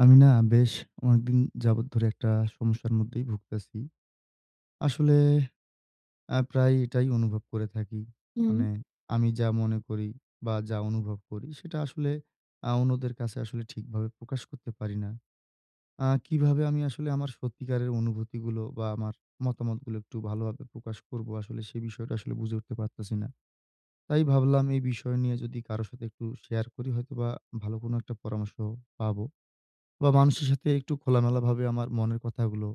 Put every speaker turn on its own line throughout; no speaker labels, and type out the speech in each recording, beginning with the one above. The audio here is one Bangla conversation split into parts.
আমি না বেশ অনেকদিন যাবৎ ধরে একটা সমস্যার মধ্যেই ভুগতেছি। আসলে প্রায় এটাই অনুভব করে থাকি।
হুম,
মানে আমি যা মনে করি বা যা অনুভব করি সেটা আসলে অন্যদের কাছে আসলে ঠিকভাবে প্রকাশ করতে পারি না। কিভাবে আমি আসলে আমার সত্যিকারের অনুভূতিগুলো বা আমার মতামতগুলো একটু ভালোভাবে প্রকাশ করব আসলে সে বিষয়টা আসলে বুঝে উঠতে পারতেছি না। তাই ভাবলাম এই বিষয় নিয়ে যদি কারো সাথে একটু শেয়ার করি, হয়তোবা ভালো কোনো একটা পরামর্শ পাবো। বা মানুষের সাথে একটু খোলামেলাভাবে আমার মনের কথাগুলো,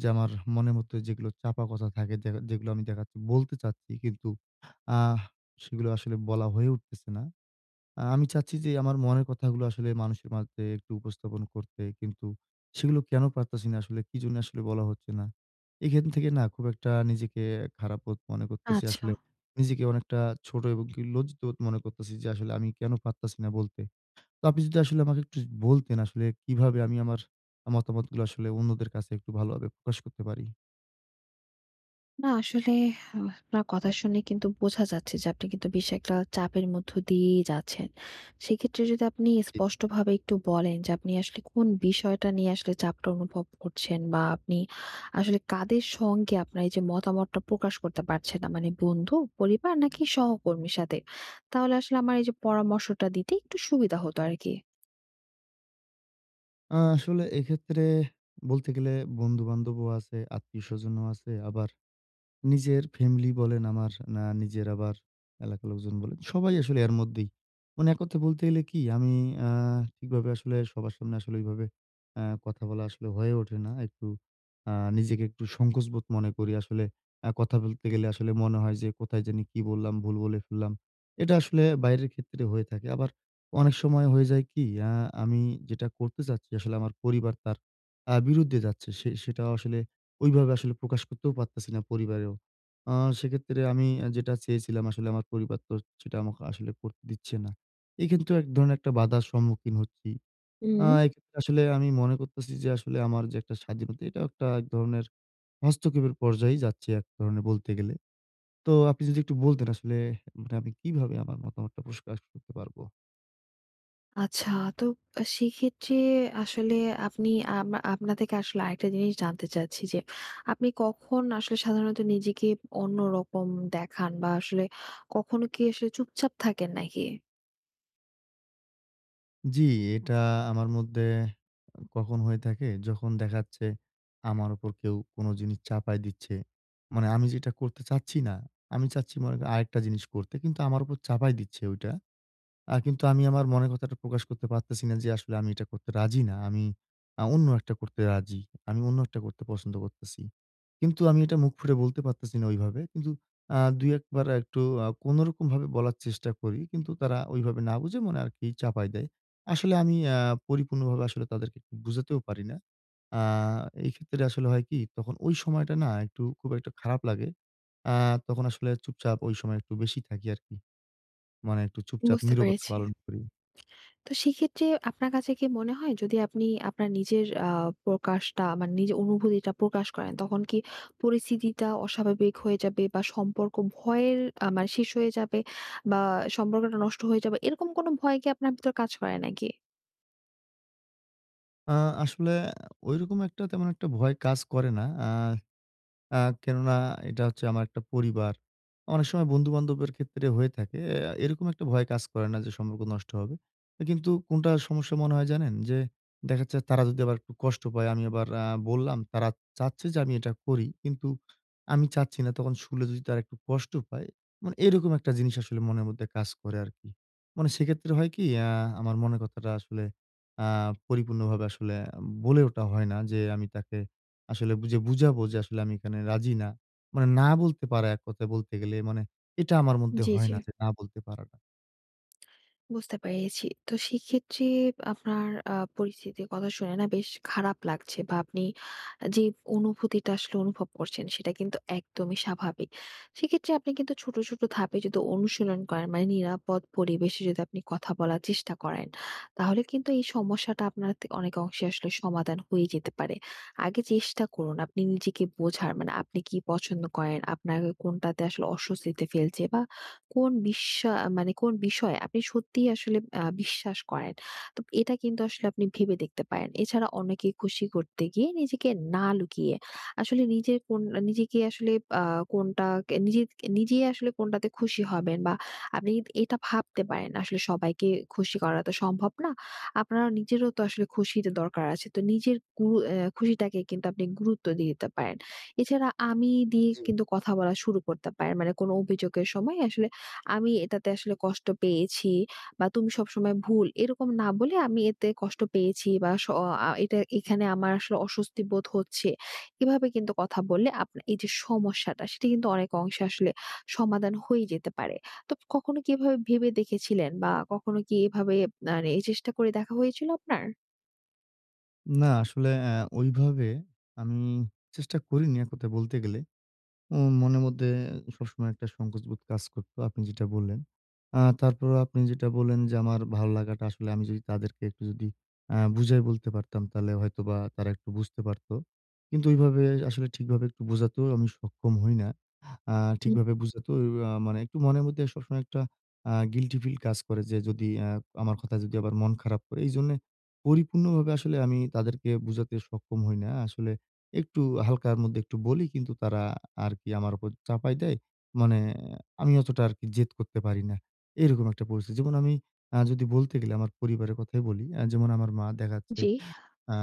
যে আমার মনের মধ্যে যেগুলো চাপা কথা থাকে, দেখা যেগুলো আমি দেখাচ্ছি বলতে চাচ্ছি কিন্তু আহ সেগুলো আসলে বলা হয়ে উঠতেছে না। আমি চাচ্ছি যে আমার মনের কথাগুলো আসলে মানুষের মাঝে একটু উপস্থাপন করতে, কিন্তু সেগুলো কেন পারতাছি না, আসলে কি জন্য আসলে বলা হচ্ছে না। এখান থেকে না খুব একটা নিজেকে খারাপ বোধ মনে করতেছি
আচ্ছা।
আসলে। নিজেকে অনেকটা ছোট এবং কি লজ্জিত বোধ মনে করতেছি যে আসলে আমি কেন পারতাছি না বলতে। তো আপনি যদি আসলে আমাকে একটু বলতেন, আসলে কিভাবে আমি আমার মতামতগুলো আসলে অন্যদের কাছে একটু ভালোভাবে প্রকাশ করতে পারি?
না আসলে আপনার কথা শুনে কিন্তু বোঝা যাচ্ছে যে আপনি কিন্তু বেশ একটা চাপের মধ্য দিয়েই যাচ্ছেন। সেক্ষেত্রে যদি আপনি
জি।
স্পষ্টভাবে একটু বলেন যে আপনি আসলে কোন বিষয়টা নিয়ে আসলে চাপটা অনুভব করছেন বা আপনি আসলে কাদের সঙ্গে আপনার এই যে মতামতটা প্রকাশ করতে পারছেন না, মানে বন্ধু, পরিবার নাকি সহকর্মীর সাথে? তাহলে আসলে আমার এই যে পরামর্শটা দিতে একটু সুবিধা হতো আরকি।
আসলে এক্ষেত্রে বলতে গেলে বন্ধু-বান্ধবও আছে, আত্মীয়স্বজনও আছে, আবার নিজের ফ্যামিলি বলেন আমার, না নিজের, আবার এলাকার লোকজন বলেন, সবাই আসলে এর মধ্যেই। মানে এক কথায় বলতে গেলে কি, আমি আ ঠিকভাবে আসলে সবার সামনে আসলে ওইভাবে কথা বলা আসলে হয়ে ওঠে না। একটু নিজেকে একটু সংকোচবোধ মনে করি। আসলে কথা বলতে গেলে আসলে মনে হয় যে কোথায় জানি কি বললাম, ভুল বলে ফেললাম। এটা আসলে বাইরের ক্ষেত্রে হয়ে থাকে। আবার অনেক সময় হয়ে যায় কি আ আমি যেটা করতে চাচ্ছি, আসলে আমার পরিবার তার বিরুদ্ধে যাচ্ছে। সেটাও আসলে ওইভাবে আসলে প্রকাশ করতেও পারতেছি না পরিবারেও। আ সেক্ষেত্রে আমি যেটা চেয়েছিলাম আসলে, আমার পরিবার তো সেটা আমাকে আসলে করতে দিচ্ছে না। এক্ষেত্রেও এক ধরনের একটা বাধার সম্মুখীন হচ্ছি।
হুম।
এক্ষেত্রে আসলে আমি মনে করতেছি যে আসলে আমার যে একটা স্বাধীনতা, এটাও একটা এক ধরনের হস্তক্ষেপের পর্যায়েই যাচ্ছে এক ধরনের, বলতে গেলে। তো আপনি যদি একটু বলতেন আসলে, মানে আমি কিভাবে আমার মতামতটা প্রকাশ করতে পারবো?
আচ্ছা, তো সেক্ষেত্রে আসলে আপনি আপনা থেকে আসলে আরেকটা জিনিস জানতে চাচ্ছি যে, আপনি কখন আসলে সাধারণত নিজেকে অন্যরকম দেখান, বা আসলে কখনো কি আসলে চুপচাপ থাকেন নাকি?
জি, এটা আমার মধ্যে কখন হয়ে থাকে? যখন দেখা যাচ্ছে আমার উপর কেউ কোন জিনিস চাপায় দিচ্ছে। মানে আমি যেটা করতে চাচ্ছি না। আমি চাচ্ছি মনে করেন আরেকটা জিনিস করতে, কিন্তু আমার উপর চাপায় দিচ্ছে ওইটা। কিন্তু আমি আমার মনের কথাটা প্রকাশ করতে পারতেছি না যে আসলে আমি এটা করতে রাজি না। আমি অন্য একটা করতে রাজি। আমি অন্য একটা করতে পছন্দ করতেছি। কিন্তু আমি এটা মুখ ফুটে বলতে পারতেছি না ওইভাবে। কিন্তু ২-১ বার একটু কোনরকমভাবে বলার চেষ্টা করি। কিন্তু তারা ওইভাবে না বুঝে মনে আরকি চাপায় দেয়। আসলে আমি পরিপূর্ণভাবে আসলে তাদেরকে একটু বুঝাতেও পারি না। আ এই ক্ষেত্রে আসলে হয় কি, তখন ওই সময়টা না একটু খুব একটা খারাপ লাগে। আ তখন আসলে চুপচাপ ওই সময় একটু বেশি থাকি আরকি। মানে একটু চুপচাপ
বুঝতে
নীরবতা
পেরেছি।
পালন করি।
তো সেক্ষেত্রে আপনার কাছে কি মনে হয়, যদি আপনি আপনার নিজের প্রকাশটা, মানে নিজের অনুভূতিটা প্রকাশ করেন, তখন কি পরিস্থিতিটা অস্বাভাবিক হয়ে যাবে, বা সম্পর্ক ভয়ের মানে শেষ হয়ে যাবে, বা সম্পর্কটা নষ্ট হয়ে যাবে, এরকম কোনো ভয় কি আপনার ভিতর কাজ করে নাকি?
আ আসলে ঐরকম একটা তেমন একটা ভয় কাজ করে না। আ আ কেননা এটা হচ্ছে আমার একটা পরিবার। অনেক সময় বন্ধু-বান্ধবের ক্ষেত্রে হয়ে থাকে। এরকম একটা ভয় কাজ করে না যে সম্পর্ক নষ্ট হবে। কিন্তু কোনটা সমস্যা মনে হয় জানেন? যে দেখা যাচ্ছে তারা যদি আবার একটু কষ্ট পায়, আমি আবার বললাম, তারা চাচ্ছে যে আমি এটা করি, কিন্তু আমি চাচ্ছি না। তখন শুনলে যদি তারা একটু কষ্ট পায়, মানে এরকম একটা জিনিস আসলে মনের মধ্যে কাজ করে আরকি। মানে সেক্ষেত্রে হয় কি? আমার মনের কথাটা আসলে আ পরিপূর্ণভাবে আসলে বলে ওঠা হয় না যে আমি তাকে আসলে বুঝে বুঝাবো যে আসলে আমি এখানে রাজি না। মানে না বলতে পারা, এক কথায় বলতে গেলে মানে এটা আমার মধ্যে
জি,
হয়
জি।
না, যে না বলতে পারাটা।
বুঝতে পেরেছি। তো সেক্ষেত্রে আপনার পরিস্থিতির কথা শুনে না বেশ খারাপ লাগছে, বা আপনি যে অনুভূতিটা আসলে অনুভব করছেন, সেটা কিন্তু একদমই স্বাভাবিক। সেক্ষেত্রে আপনি কিন্তু ছোট, ছোট ধাপে যদি অনুশীলন করেন, মানে নিরাপদ পরিবেশে যদি আপনি কথা বলার চেষ্টা করেন, তাহলে কিন্তু এই সমস্যাটা আপনার তে অনেক অংশে আসলে সমাধান হয়ে যেতে পারে। আগে চেষ্টা করুন আপনি নিজেকে বোঝার, মানে আপনি কি পছন্দ করেন, আপনাকে কোনটাতে আসলে অস্বস্তিতে ফেলছে, বা কোন মানে কোন বিষয়ে আপনি সত্যিই আসলে বিশ্বাস করেন। তো এটা কিন্তু আসলে আপনি ভেবে দেখতে পারেন। এছাড়া অন্যকে খুশি করতে গিয়ে নিজেকে না লুকিয়ে আসলে নিজের কোন নিজেকে আসলে আ কোনটা নিজে নিজেই আসলে কোনটাতে খুশি হবেন, বা আপনি এটা ভাবতে পারেন। আসলে সবাইকে খুশি করা তো সম্ভব না। আপনার নিজেরও তো আসলে খুশির দরকার আছে। তো নিজের গুরু আ খুশিটাকে কিন্তু আপনি গুরুত্ব দিয়ে দিতে পারেন। এছাড়া আমি দিয়ে
জি।
কিন্তু কথা বলা শুরু করতে পারেন। মানে কোন অভিযোগের সময় আসলে আমি এটাতে আসলে কষ্ট পেয়েছি, বা তুমি সবসময় ভুল। এরকম না বলে আমি এতে কষ্ট পেয়েছি বা স আ এটা এখানে আমার আসলে অস্বস্তি বোধ হচ্ছে। এভাবে কিন্তু কথা বললে আপনার এই যে সমস্যাটা, সেটা কিন্তু অনেক অংশে আসলে সমাধান হয়ে যেতে পারে। তো কখনো কি এভাবে ভেবে দেখেছিলেন, বা কখনো কি এভাবে মানে এই চেষ্টা করে দেখা হয়েছিল আপনার?
না আসলে ওইভাবে আমি চেষ্টা করিনি, এক কথায় বলতে গেলে। মনের মধ্যে সবসময় একটা সংকোচবোধ কাজ করতো, আপনি যেটা বললেন। তারপরেও আপনি যেটা বললেন যে, আমার ভালো লাগাটা আসলে আমি যদি তাদেরকে একটু যদি বুঝায় বলতে পারতাম, তাহলে হয়তোবা তারা একটু বুঝতে পারত। কিন্তু ওইভাবে আসলে ঠিকভাবে একটু বোঝাতেও আমি সক্ষম হই না। আ
হুম,
ঠিকভাবে বোঝাতেও মানে একটু মনের মধ্যে সবসময় একটা গিল্টি ফিল কাজ করে যে, যদি আমার কথা যদি আবার মন খারাপ করে। এইজন্যে পরিপূর্ণভাবে আসলে আমি তাদেরকে বোঝাতে সক্ষম হই না। আসলে একটু হালকার মধ্যে একটু বলি, কিন্তু তারা আরকি আমার উপর চাপাই দেয়। মানে আমি অতটা আরকি জেদ করতে পারি না। এরকম একটা পরিস্থিতি। যেমন আমি যদি বলতে গেলে আমার পরিবারের কথাই বলি। যেমন আমার মা দেখা যাচ্ছে,
জি।
আ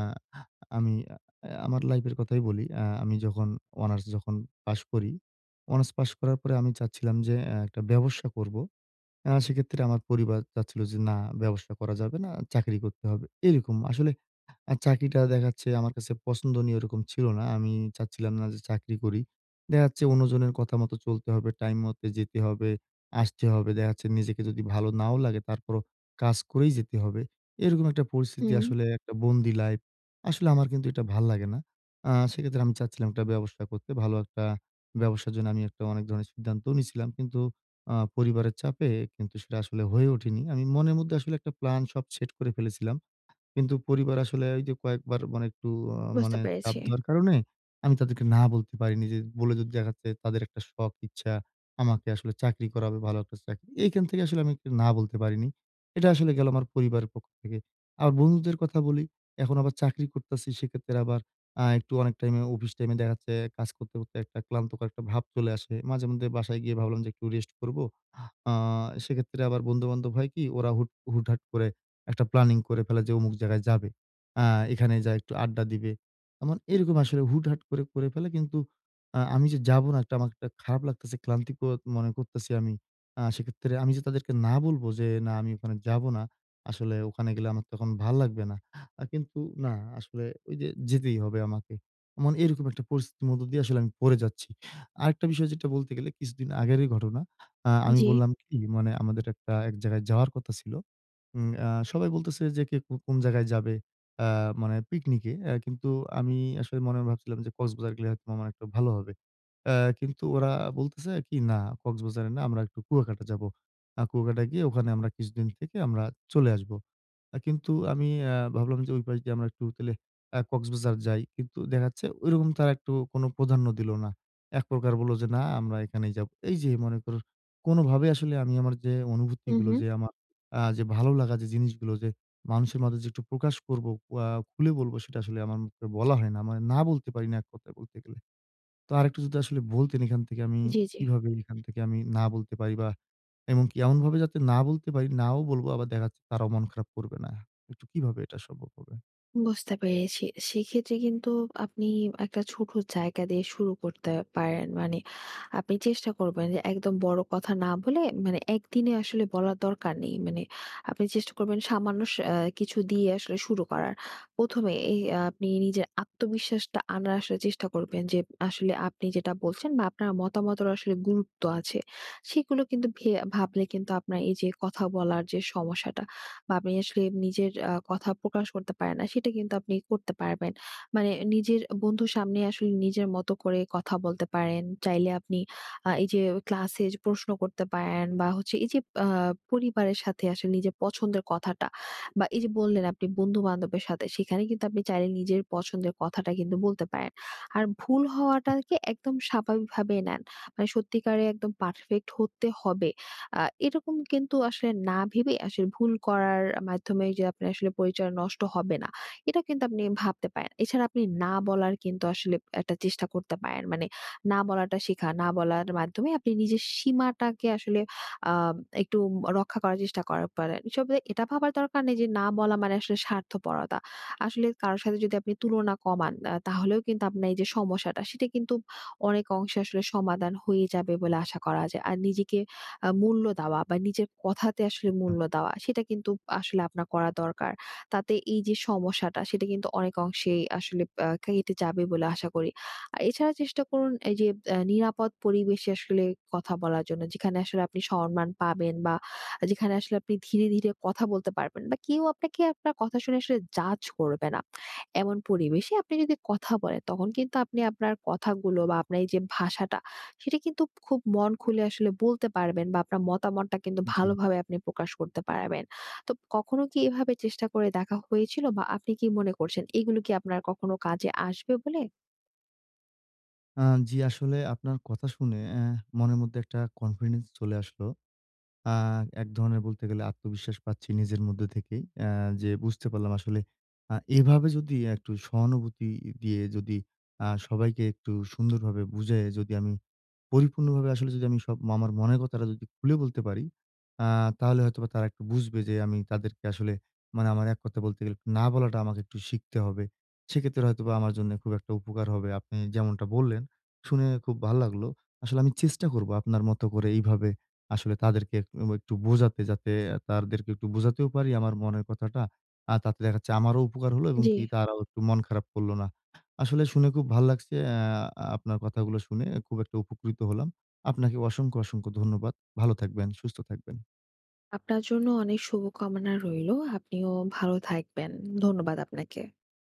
আমি আমার লাইফের কথাই বলি। আমি যখন অনার্স যখন পাস করি, অনার্স পাস করার পরে আমি চাচ্ছিলাম যে, একটা ব্যবসা করব। সেক্ষেত্রে আমার পরিবার চাচ্ছিল যে, "না, ব্যবসা করা যাবে না, চাকরি করতে হবে।" এরকম। আসলে চাকরিটা দেখাচ্ছে আমার কাছে পছন্দনীয় এরকম ছিল না। আমি চাচ্ছিলাম না যে চাকরি করি। দেখা যাচ্ছে অন্যজনের কথা মতো চলতে হবে, টাইম মতে যেতে হবে, আসতে হবে। দেখা যাচ্ছে নিজেকে যদি ভালো নাও লাগে, তারপরও কাজ করেই যেতে হবে। এরকম একটা পরিস্থিতি,
হুম।
আসলে একটা বন্দি লাইফ। আসলে আমার কিন্তু এটা ভাল লাগে না। সেক্ষেত্রে আমি চাচ্ছিলাম একটা ব্যবসা করতে। ভালো একটা ব্যবসার জন্য আমি একটা অনেক ধরনের সিদ্ধান্তও নিছিলাম। কিন্তু পরিবারের চাপে কিন্তু সেটা আসলে হয়ে ওঠেনি। আমি মনের মধ্যে আসলে একটা প্ল্যান সব সেট করে ফেলেছিলাম। কিন্তু পরিবার আসলে ওই যে কয়েকবার মানে একটু
বুঝতে
মানে চাপ
পেরেছি।
দেওয়ার কারণে আমি তাদেরকে না বলতে পারিনি, যে বলে যদি দেখা যাচ্ছে তাদের একটা শখ, ইচ্ছা আমাকে আসলে চাকরি করাবে, ভালো একটা চাকরি। এইখান থেকে আসলে আমি একটু না বলতে পারিনি। এটা আসলে গেল আমার পরিবারের পক্ষ থেকে। আর বন্ধুদের কথা বলি, এখন আবার চাকরি করতাছি, সেক্ষেত্রে আবার একটু অনেক টাইমে, অফিস টাইমে দেখা যাচ্ছে কাজ করতে, করতে একটা ক্লান্তকর একটা ভাব চলে আসে। মাঝেমধ্যে বাসায় গিয়ে ভাবলাম যে একটু রেস্ট করব। আ সেক্ষেত্রে আবার বন্ধু-বান্ধব হয় কি, ওরা হুটহাট করে একটা প্ল্যানিং করে ফেলা যে অমুক জায়গায় যাবে। আ এখানে যায়ে একটু আড্ডা দিবে। এরকম আসলে হুটহাট করে, করে ফেলে, কিন্তু আমি যে যাবো না, একটা আমার একটা খারাপ লাগতেছে, ক্লান্তিবোধ মনে করতেছি আমি। সেক্ষেত্রে আমি যে তাদেরকে না বলবো যে, "না, আমি ওখানে যাবো না। আসলে ওখানে গেলে আমার তখন ভাল লাগবে না।" কিন্তু না, আসলে ওই যে যেতেই হবে আমাকে। এরকম একটা পরিস্থিতির মধ্য দিয়ে আসলে আমি পড়ে যাচ্ছি। আরেকটা বিষয় যেটা বলতে গেলে, কিছুদিন আগেরই ঘটনা। আমি
জি।
বললাম কি, মানে আমাদের একটা এক জায়গায় যাওয়ার কথা ছিল। উম আ সবাই বলতেছে যে কে কো কোন জায়গায় যাবে, আ মানে পিকনিকে। কিন্তু আমি আসলে মনে, মনে ভাবছিলাম যে কক্সবাজার গেলে হয়তোবা আমার একটা ভালো হবে। আ কিন্তু ওরা বলতেছে কি, "না, কক্সবাজারে না, আমরা একটু কুয়াকাটা যাবো। কুয়াকাটা গিয়ে ওখানে আমরা কিছুদিন থেকে আমরা চলে আসবো।" কিন্তু আমি ভাবলাম যে ওই পাশ দিয়ে আমরা একটু তাইলে কক্সবাজার যাই। কিন্তু দেখা যাচ্ছে ঐরকম তারা একটু কোনো প্রাধান্য দিল না। এক প্রকার বলল যে, "না, আমরা এখানেই যাবো।" এই যে মনে করুন, কোনোভাবে আসলে আমি আমার যে
হু,
অনুভূতিগুলো,
হু।
যে আমার যে ভালো লাগা, যে জিনিসগুলো যে মানুষের মাঝে যে একটু প্রকাশ করবো, আ খুলে বলবো, সেটা আসলে আমার মুখে বলা হয় না। মানে না বলতে পারি না, এক কথায় বলতে গেলে। তো আরেকটু যদি আসলে বলতেন, এখান থেকে আমি
জি, জি।
কিভাবে, এখান থেকে আমি না বলতে পারি বা এবং কি এমনভাবে যাতে না বলতে পারি, নাও বলবো, আবার দেখা যাচ্ছে তারাও মন খারাপ করবে না। একটু কিভাবে এটা সম্ভব হবে?
বুঝতে পেরেছি। সেক্ষেত্রে কিন্তু আপনি একটা ছোট জায়গা দিয়ে শুরু করতে পারেন। মানে আপনি চেষ্টা করবেন যে একদম বড় কথা না বলে, মানে একদিনে আসলে বলার দরকার নেই। মানে আপনি চেষ্টা করবেন সামান্য স আ কিছু দিয়ে আসলে শুরু করার। ১ম এ এই আপনি নিজের আত্মবিশ্বাসটা আনার আসলে চেষ্টা করবেন যে আসলে আপনি যেটা বলছেন, বা আপনার মতামতের আসলে গুরুত্ব আছে। সেগুলো কিন্তু ভাবলে কিন্তু আপনার এই যে কথা বলার যে সমস্যাটা, বা আপনি আসলে নিজের কথা প্রকাশ করতে পারেন না, সেটা কিন্তু আপনি করতে পারবেন। মানে নিজের বন্ধুর সামনে আসলে নিজের মতো করে কথা বলতে পারেন। চাইলে আপনি এই যে ক্লাসে প্রশ্ন করতে পারেন, বা হচ্ছে এই যে আ পরিবারের সাথে আসলে নিজের পছন্দের কথাটা, বা এই যে বললেন আপনি বন্ধু-বান্ধবের সাথে, সেখানে কিন্তু আপনি চাইলে নিজের পছন্দের কথাটা কিন্তু বলতে পারেন। আর ভুল হওয়াটাকে
আচ্ছা,
একদম স্বাভাবিকভাবে নেন। মানে সত্যিকারে একদম পারফেক্ট হতে হবে আ এরকম কিন্তু আসলে না ভেবে আসলে ভুল করার মাধ্যমে যে আপনার আসলে পরিচয় নষ্ট হবে না, এটা কিন্তু আপনি ভাবতে পারেন। এছাড়া আপনি না বলার কিন্তু আসলে একটা চেষ্টা করতে পারেন। মানে না বলাটা শেখা, না বলার মাধ্যমে আপনি নিজের সীমাটাকে আসলে আ একটু রক্ষা করার চেষ্টা করা পারেন। এসবে এটা ভাবার দরকার নেই যে না বলা মানে আসলে স্বার্থপরতা। আসলে কারো সাথে যদি আপনি তুলনা কমান তাহলেও কিন্তু আপনার এই যে সমস্যাটা, সেটা কিন্তু অনেক অংশে আসলে সমাধান হয়ে যাবে বলে আশা করা যায়। আর নিজেকে মূল্য দেওয়া, বা নিজের কথাতে আসলে মূল্য দেওয়া, সেটা কিন্তু আসলে আপনার করা দরকার। তাতে এই যে সমস্যাটা, সেটা কিন্তু অনেক অংশেই আসলে কেটে যাবে বলে আশা করি। আর এছাড়া চেষ্টা করুন এই যে নিরাপদ পরিবেশে আসলে কথা বলার জন্য, যেখানে আসলে আপনি সম্মান পাবেন, বা যেখানে আসলে আপনি ধীরে, ধীরে কথা বলতে পারবেন, বা কেউ আপনাকে আপনার কথা শুনে আসলে জাজ করবে না। এমন পরিবেশে আপনি যদি কথা বলেন, তখন কিন্তু আপনি আপনার কথাগুলো, বা আপনার এই যে ভাষাটা সেটা কিন্তু খুব মন খুলে আসলে বলতে পারবেন, বা আপনার মতামতটা কিন্তু
জি।
ভালোভাবে আপনি প্রকাশ করতে পারবেন। তো কখনো কি এভাবে চেষ্টা করে দেখা হয়েছিল, বা আপনি কি মনে করছেন এগুলো কি আপনার কখনো কাজে আসবে বলে?
আ জি, আসলে আপনার কথা শুনে মনের মধ্যে একটা কনফিডেন্স চলে আসলো। আ এক ধরনের বলতে গেলে আত্মবিশ্বাস পাচ্ছি নিজের মধ্যে থেকেই। যে বুঝতে পারলাম আসলে, এভাবে যদি একটু সহানুভূতি দিয়ে, যদি সবাইকে একটু সুন্দরভাবে বুঝায়ে, যদি আমি পরিপূর্ণভাবে আসলে, যদি আমি সব আমার মনের কথাটা যদি খুলে বলতে পারি, আ তাহলে হয়তোবা তারা একটু বুঝবে যে আমি তাদেরকে আসলে, মানে আমার এক কথা বলতে গেলে না বলাটা আমাকে একটু শিখতে হবে। সেক্ষেত্রে হয়তোবা আমার জন্য খুব একটা উপকার হবে। আপনি যেমনটা বললেন, শুনে খুব ভাল লাগলো। আসলে আমি চেষ্টা করব আপনার মতো করে এইভাবে আসলে তাদেরকে একটু বোঝাতে, যাতে তাদেরকে একটু বোঝাতেও পারি আমার মনের কথাটা। আর তাতে দেখা যাচ্ছে আমারও উপকার হলো এবং
জি,
কি তারাও একটু মন খারাপ করল না। আসলে শুনে খুব ভাল লাগছে। আপনার কথাগুলো শুনে খুব একটা উপকৃত হলাম। আপনাকে অসংখ্য, অসংখ্য ধন্যবাদ। ভালো থাকবেন, সুস্থ থাকবেন।
আপনার জন্য অনেক শুভকামনা রইলো। আপনিও ভালো থাকবেন। ধন্যবাদ আপনাকে।